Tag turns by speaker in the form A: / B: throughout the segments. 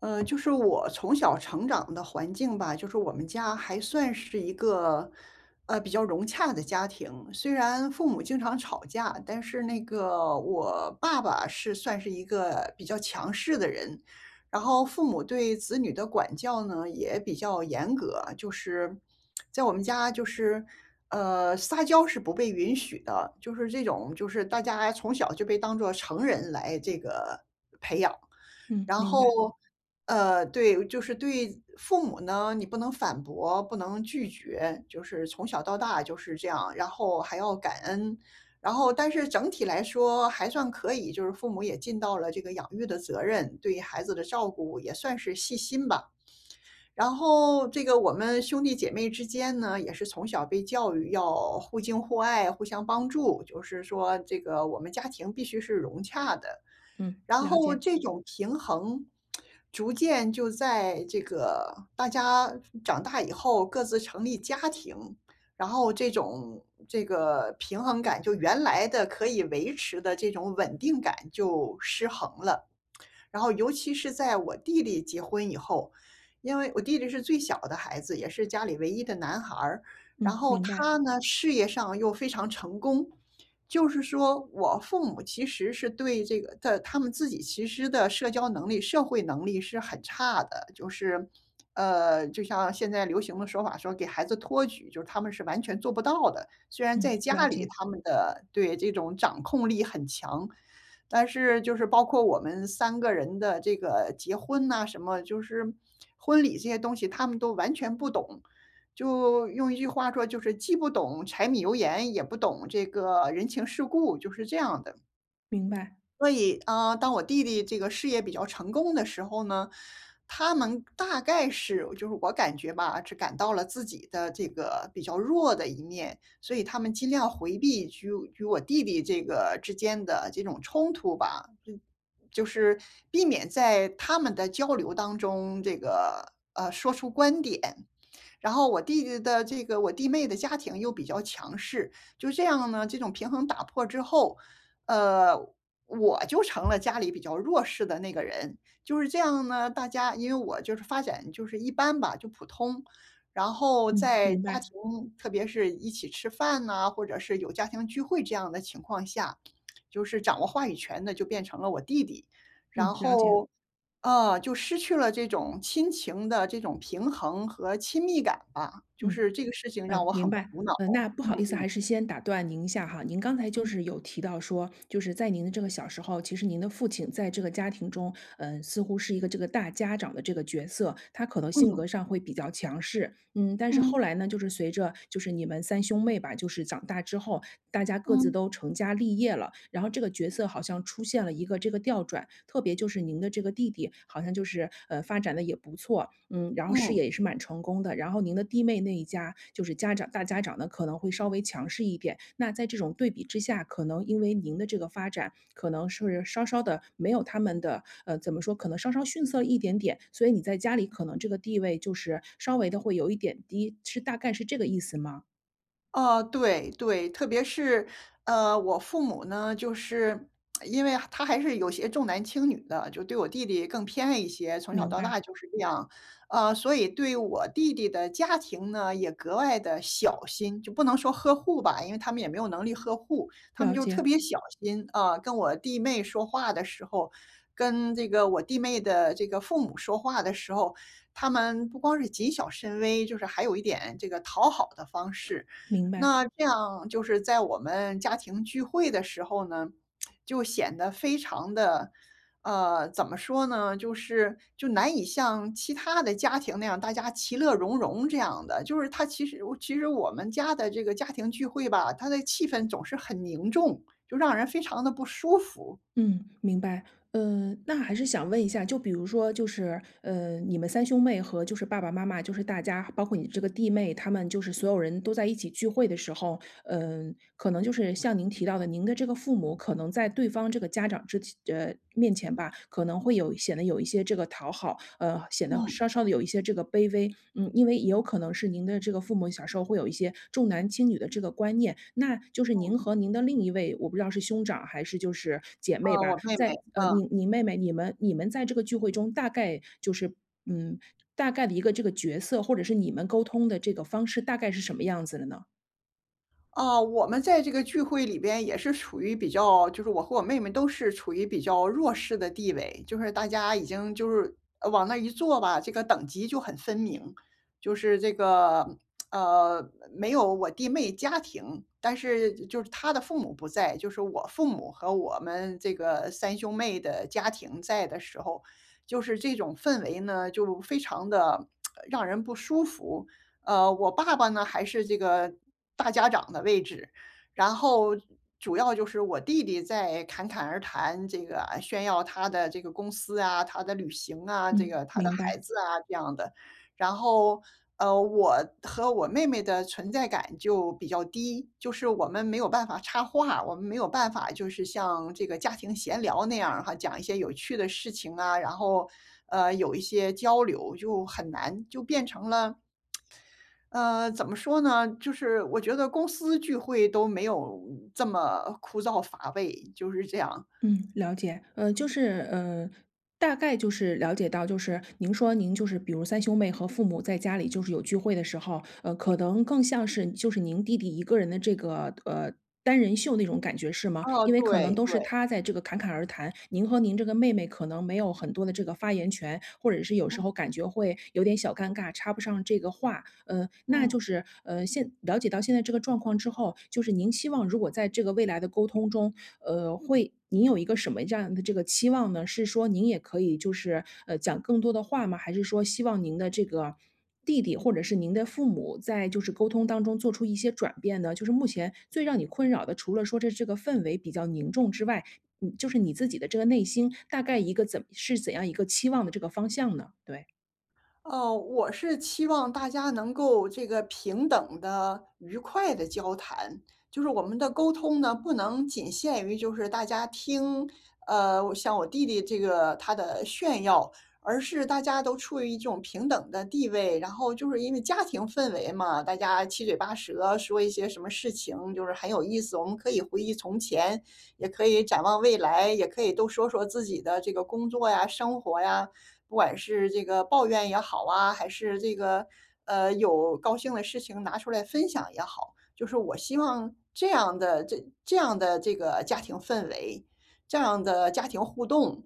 A: 就是我从小成长的环境吧，就是我们家还算是一个，比较融洽的家庭。虽然父母经常吵架，但是那个我爸爸是算是一个比较强势的人，然后父母对子女的管教呢也比较严格，就是在我们家就是。撒娇是不被允许的，就是这种，就是大家从小就被当做成人来这个
B: 嗯，
A: 然
B: 明白。
A: 后，对，就是对父母呢，你不能反驳，不能拒绝，就是从小到大就是这样，然后还要感恩。然后，但是整体来说还算可以，就是父母也尽到了这个养育的责任，对孩子的照顾也算是细心吧。然后，这个我们兄弟姐妹之间呢，也是从小被教育要互敬互爱、互相帮助，就是说这个我们家庭必须是融洽的。
B: 嗯，
A: 然
B: 了
A: 后
B: 解。
A: 这种平衡，逐渐就在这个大家长大以后各自成立家庭，然后这种这个平衡感，就原来的可以维持的这种稳定感就失衡了。然后尤其是在我弟弟结婚以后，因为我弟弟是最小的孩子，也是家里唯一的男孩儿，然
B: 嗯，
A: 后
B: 明白。
A: 他呢，事业上又非常成功。就是说我父母其实是对这个的他们自己其实的社交能力、社会能力是很差的，就是，就像现在流行的说法说给孩子托举，就是他们是完全做不到的。虽然
B: 嗯，
A: 在
B: 了
A: 家里
B: 解。
A: 他们的对，这种掌控力很强，但是就是包括我们三个人的这个结婚呐什么，就是婚礼这些东西他们都完全不懂。就用一句话说，就是既不懂柴米油盐，也不懂这个人情世故，就是这样的。
B: 明白。
A: 所以，啊，当我弟弟这个事业比较成功的时候呢，他们大概是就是我感觉吧，只感到了自己的这个比较弱的一面，所以他们尽量回避与我弟弟这个之间的这种冲突吧，就是避免在他们的交流当中，这个，说出观点。然后我弟弟的这个我弟妹的家庭又比较强势，就这样呢，这种平衡打破之后，呃我就成了家里比较弱势的那个人，就是这样呢。大家因为我就是发展就是一般吧，就普通，然后
B: 嗯，
A: 在
B: 明
A: 家庭，
B: 白。
A: 特别是一起吃饭呐，或者是有家庭聚会这样的情况下，就是掌握话语权的就变成了我弟弟，然
B: 嗯，了解。
A: 后，就失去了这种亲情的这种平衡和亲密感吧，就
B: 嗯。
A: 是这个事情让
B: 嗯，
A: 我很
B: 明
A: 苦
B: 白。
A: 恼。
B: 嗯，那不
A: 嗯
B: 好意思，还是先打断您一下哈。您刚才
A: 嗯
B: 有提到说，在您的小时候，其实您的父亲在这个家庭中，似乎是一个大家长的这个角色，他可能性
A: 嗯
B: 格上会比较强势。嗯，但是
A: 嗯
B: 后来呢，随着你们三兄妹吧，长大之后，大家各自
A: 嗯
B: 都成家立业了，然后这个角色好像出现了一个这个调转。特别您的这个弟弟，好像发展的也不错。嗯，然后事
A: 嗯。
B: 业也是蛮成功的，然后您的弟妹那一家就是家长大家长呢可能会稍微强势一点。那在这种对比之下，可能因为您的这个发展，可能是稍稍的没有他们的，怎么说，可能稍稍逊色一点点，所以你在家里可能这个地位稍微的会有一点低，是大概是这个意思吗？
A: 对对，特别是，我父母呢，就是因为他还是有些重男轻女的，就对我弟弟更偏爱一些，从小
B: 明
A: 到
B: 白。
A: 大就是这样。所以对我弟弟的家庭呢，也格外的小心，就不能说呵护吧，因为他们也没有能力呵护，他们
B: 了
A: 就是特
B: 解。
A: 别小心。啊，跟我弟妹说话的时候，跟这个我弟妹的这个父母说话的时候，他们不光是谨小慎微，就是还有一点这个讨好的方式。
B: 明白。
A: 那这样就是在我们家庭聚会的时候呢，就显得非常的，怎么说呢，就是难以像其他的家庭那样，大家其乐融融这样的。就是他其实我们家的这个家庭聚会吧，他的气氛总是很凝重，就让人非常的不舒服。
B: 嗯，明白。那还是想问一下，就比如说，你们三兄妹和爸爸妈妈，大家，包括你这个弟妹，他们所有人都在一起聚会的时候。嗯，可能就是像您提到的，您的这个父母可能在对方这个家长面前吧，可能会显得有一些这个讨好，显得
A: 嗯，
B: 稍稍的有一些这个卑微。嗯，因为也有可能是您的这个父母小时候会有一些重男轻女的这个观念，那您和您的另一位，我不知道是兄长还是姐妹
A: 啊，
B: 吧，
A: 我妹妹，嗯。
B: 你妹妹，你们在这个聚会中大概就是。嗯，大概的一个这个角色，或者是你们沟通的这个方式大概是什么样子的呢？
A: 啊，我们在这个聚会里边也是处于比较就是我和我妹妹都是处于比较弱势的地位，就是大家已经就是往那儿一坐吧，这个等级就很分明。就是这个，没有我弟妹家庭，但是就是她的父母不在，就是我父母和我们这个三兄妹的家庭在的时候，就是这种氛围呢，就非常的让人不舒服。我爸爸呢还是这个大家长的位置，然后主要就是我弟弟在侃侃而谈，这个啊炫耀他的这个公司啊，他的旅行啊，这
B: 嗯，
A: 个他的
B: 明
A: 孩
B: 白。
A: 子啊这样的，然后。我和我妹妹的存在感就比较低，就是我们没有办法插话，我们没有办法就是像这个家庭闲聊那样儿哈，讲一些有趣的事情啊，然后有一些交流就很难，就变成了怎么说呢？就是我觉得公司聚会都没有这么枯燥乏味，就是这样。
B: 嗯，了解。大概就是了解到，您说您就是比如三兄妹和父母在家里有聚会的时候，呃，可能更像是您弟弟一个人的单人秀那种感觉是吗？
A: 哦，
B: 因为可能
A: 对
B: 都是
A: 对，
B: 他在这个侃侃而谈，您和您这个妹妹可能没有很多的这个发言权，或者是有时
A: 嗯
B: 候感觉会有点小尴尬，插不上这个话。呃，那
A: 嗯。
B: 就是。就是呃，现了解到现在这个状况之后，您希望如果在这个未来的沟通中，您有一个什么这样的这个期望呢？是说您也可以讲更多的话吗？还是说希望您的这个弟弟或者是您的父母在沟通当中做出一些转变呢？就是目前最让你困扰的，除了说这个氛围比较凝重之外。嗯，你自己的这个内心大概一个怎样一个期望的这个方向呢？对。
A: 哦，我是期望大家能够这个平等的、愉快的交谈，就是我们的沟通呢，不能仅限于就是大家听，我像我弟弟这个他的炫耀，而是大家都处于一种平等的地位。然后就是因为家庭氛围嘛，大家七嘴八舌说一些什么事情，就是很有意思。我们可以回忆从前，也可以展望未来，也可以都说说自己的这个工作呀、生活呀。不管是这个抱怨也好啊，还是这个，有高兴的事情拿出来分享也好，就是我希望这样的这个家庭氛围，这样的家庭互动，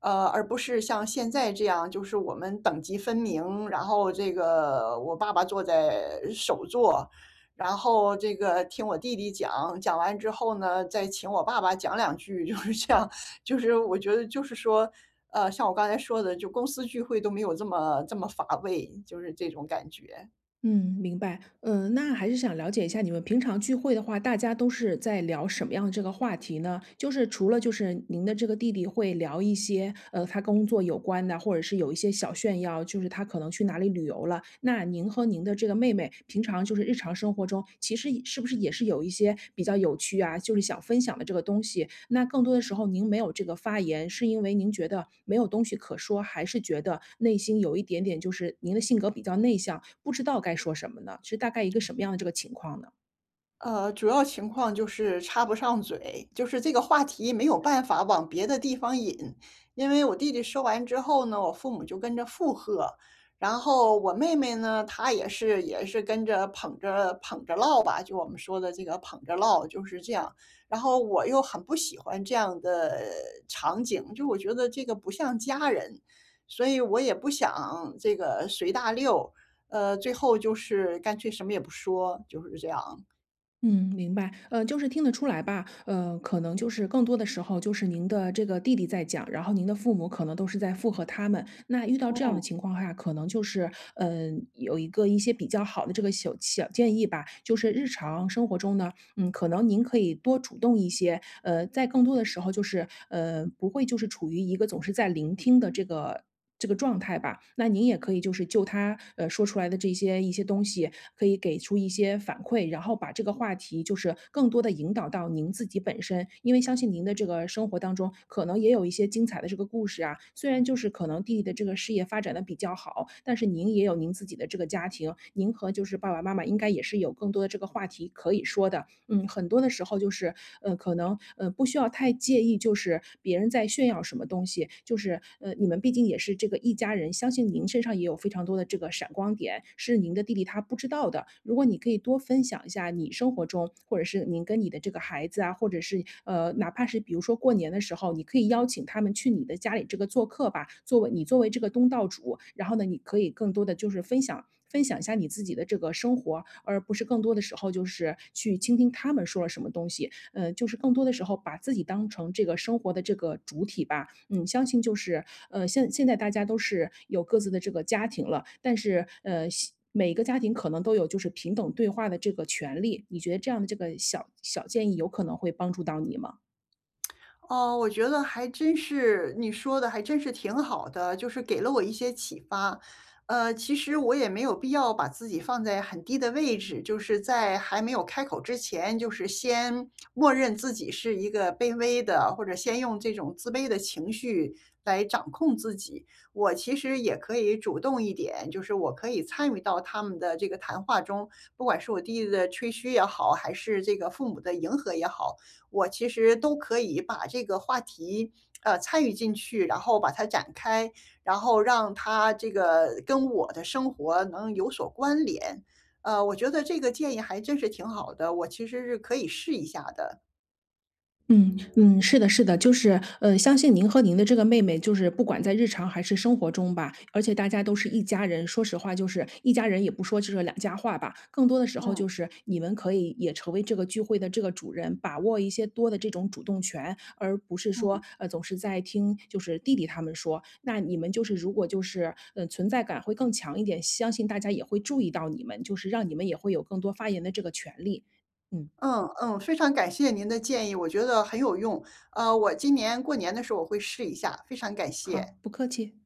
A: 而不是像现在这样，就是我们等级分明，然后这个我爸爸坐在首座，然后这个听我弟弟讲，讲完之后呢，再请我爸爸讲两句，就是这样。就是我觉得就是说，像我刚才说的，就公司聚会都没有这么乏味，就是这种感觉。
B: 嗯，明白。嗯，那还是想了解一下你们平常聚会的话，大家都是在聊什么样的这个话题呢？就是除了您的这个弟弟会聊一些，他工作有关的，或者是有一些小炫耀，就是他可能去哪里旅游了。那您和您的这个妹妹，平常就是日常生活中，其实是不是也是有一些比较有趣啊，想分享的这个东西？那更多的时候您没有这个发言，是因为您觉得没有东西可说，还是觉得内心有一点点您的性格比较内向，不知道该说什么呢？是大概一个什么样的这个情况呢？
A: 主要情况就是插不上嘴，就是这个话题没有办法往别的地方引。因为我弟弟说完之后呢，我父母就跟着附和，然后我妹妹呢，她也是跟着捧着唠吧，就我们说的这个捧着唠就是这样。然后我又很不喜欢这样的场景，就我觉得这个不像家人，所以我也不想这个随大溜，最后就是干脆什么也不说，就是这样。
B: 嗯，明白。就是听得出来吧，可能就是更多的时候您的这个弟弟在讲，然后您的父母可能都是在附和他们。那遇到这样
A: 嗯，
B: 的情况下，可能就是，有一个一些比较好的这个小小建议吧，就是日常生活中呢，嗯，可能您可以多主动一些。呃，在更多的时候就是，呃，不会就是处于一个总是在聆听的这个状态吧。那您也可以就他，说出来的这些一些东西，可以给出一些反馈，然后把这个话题就是更多的引导到您自己本身。因为相信您的这个生活当中，可能也有一些精彩的这个故事啊，虽然就是可能弟弟的这个事业发展的比较好，但是您也有您自己的这个家庭，您和爸爸妈妈应该也是有更多的这个话题可以说的。嗯，很多的时候就是，可能，不需要太介意，就是别人在炫耀什么东西，你们毕竟也是这个一家人，相信您身上也有非常多的这个闪光点，是您的弟弟他不知道的。如果你可以多分享一下你生活中，或者是您跟你的这个孩子啊，或者是，呃，哪怕是比如说过年的时候，你可以邀请他们去你的家里这个做客吧，作为这个东道主，然后呢，你可以更多的就是分享一下你自己的这个生活，而不是更多的时候就是去倾听他们说了什么东西。呃，就是更多的时候把自己当成这个生活的这个主体吧。嗯，相信就是呃，现在大家都是有各自的这个家庭了，但是呃。西每个家庭可能都有就是平等对话的这个权利，你觉得这样的这个小小建议有可能会帮助到你吗？
A: 哦，我觉得还真是你说的还真是挺好的，就是给了我一些启发。其实我也没有必要把自己放在很低的位置，就是在还没有开口之前，就是先默认自己是一个卑微的，或者先用这种自卑的情绪来掌控自己。我其实也可以主动一点，就是我可以参与到他们的这个谈话中，不管是我弟弟的吹嘘也好，还是这个父母的迎合也好，我其实都可以把这个话题，参与进去，然后把它展开，然后让它这个跟我的生活能有所关联。我觉得这个建议还真是挺好的，我其实是可以试一下的。
B: 嗯嗯，是的，是的，相信您和您的这个妹妹，不管在日常还是生活中吧，而且大家都是一家人，说实话，就是一家人也不说这个两家话吧，更多的时候
A: 嗯
B: 你们可以也成为这个聚会的这个主人，把握一些多的这种主动权，而不是说，
A: 嗯。
B: 总是在听弟弟他们说，那你们就是如果就是，嗯存在感会更强一点，相信大家也会注意到你们，让你们也会有更多发言的这个权利。嗯。
A: 嗯嗯，非常感谢您的建议，我觉得很有用。我今年过年的时候我会试一下，非常感
B: 好，
A: 谢。
B: 不客气。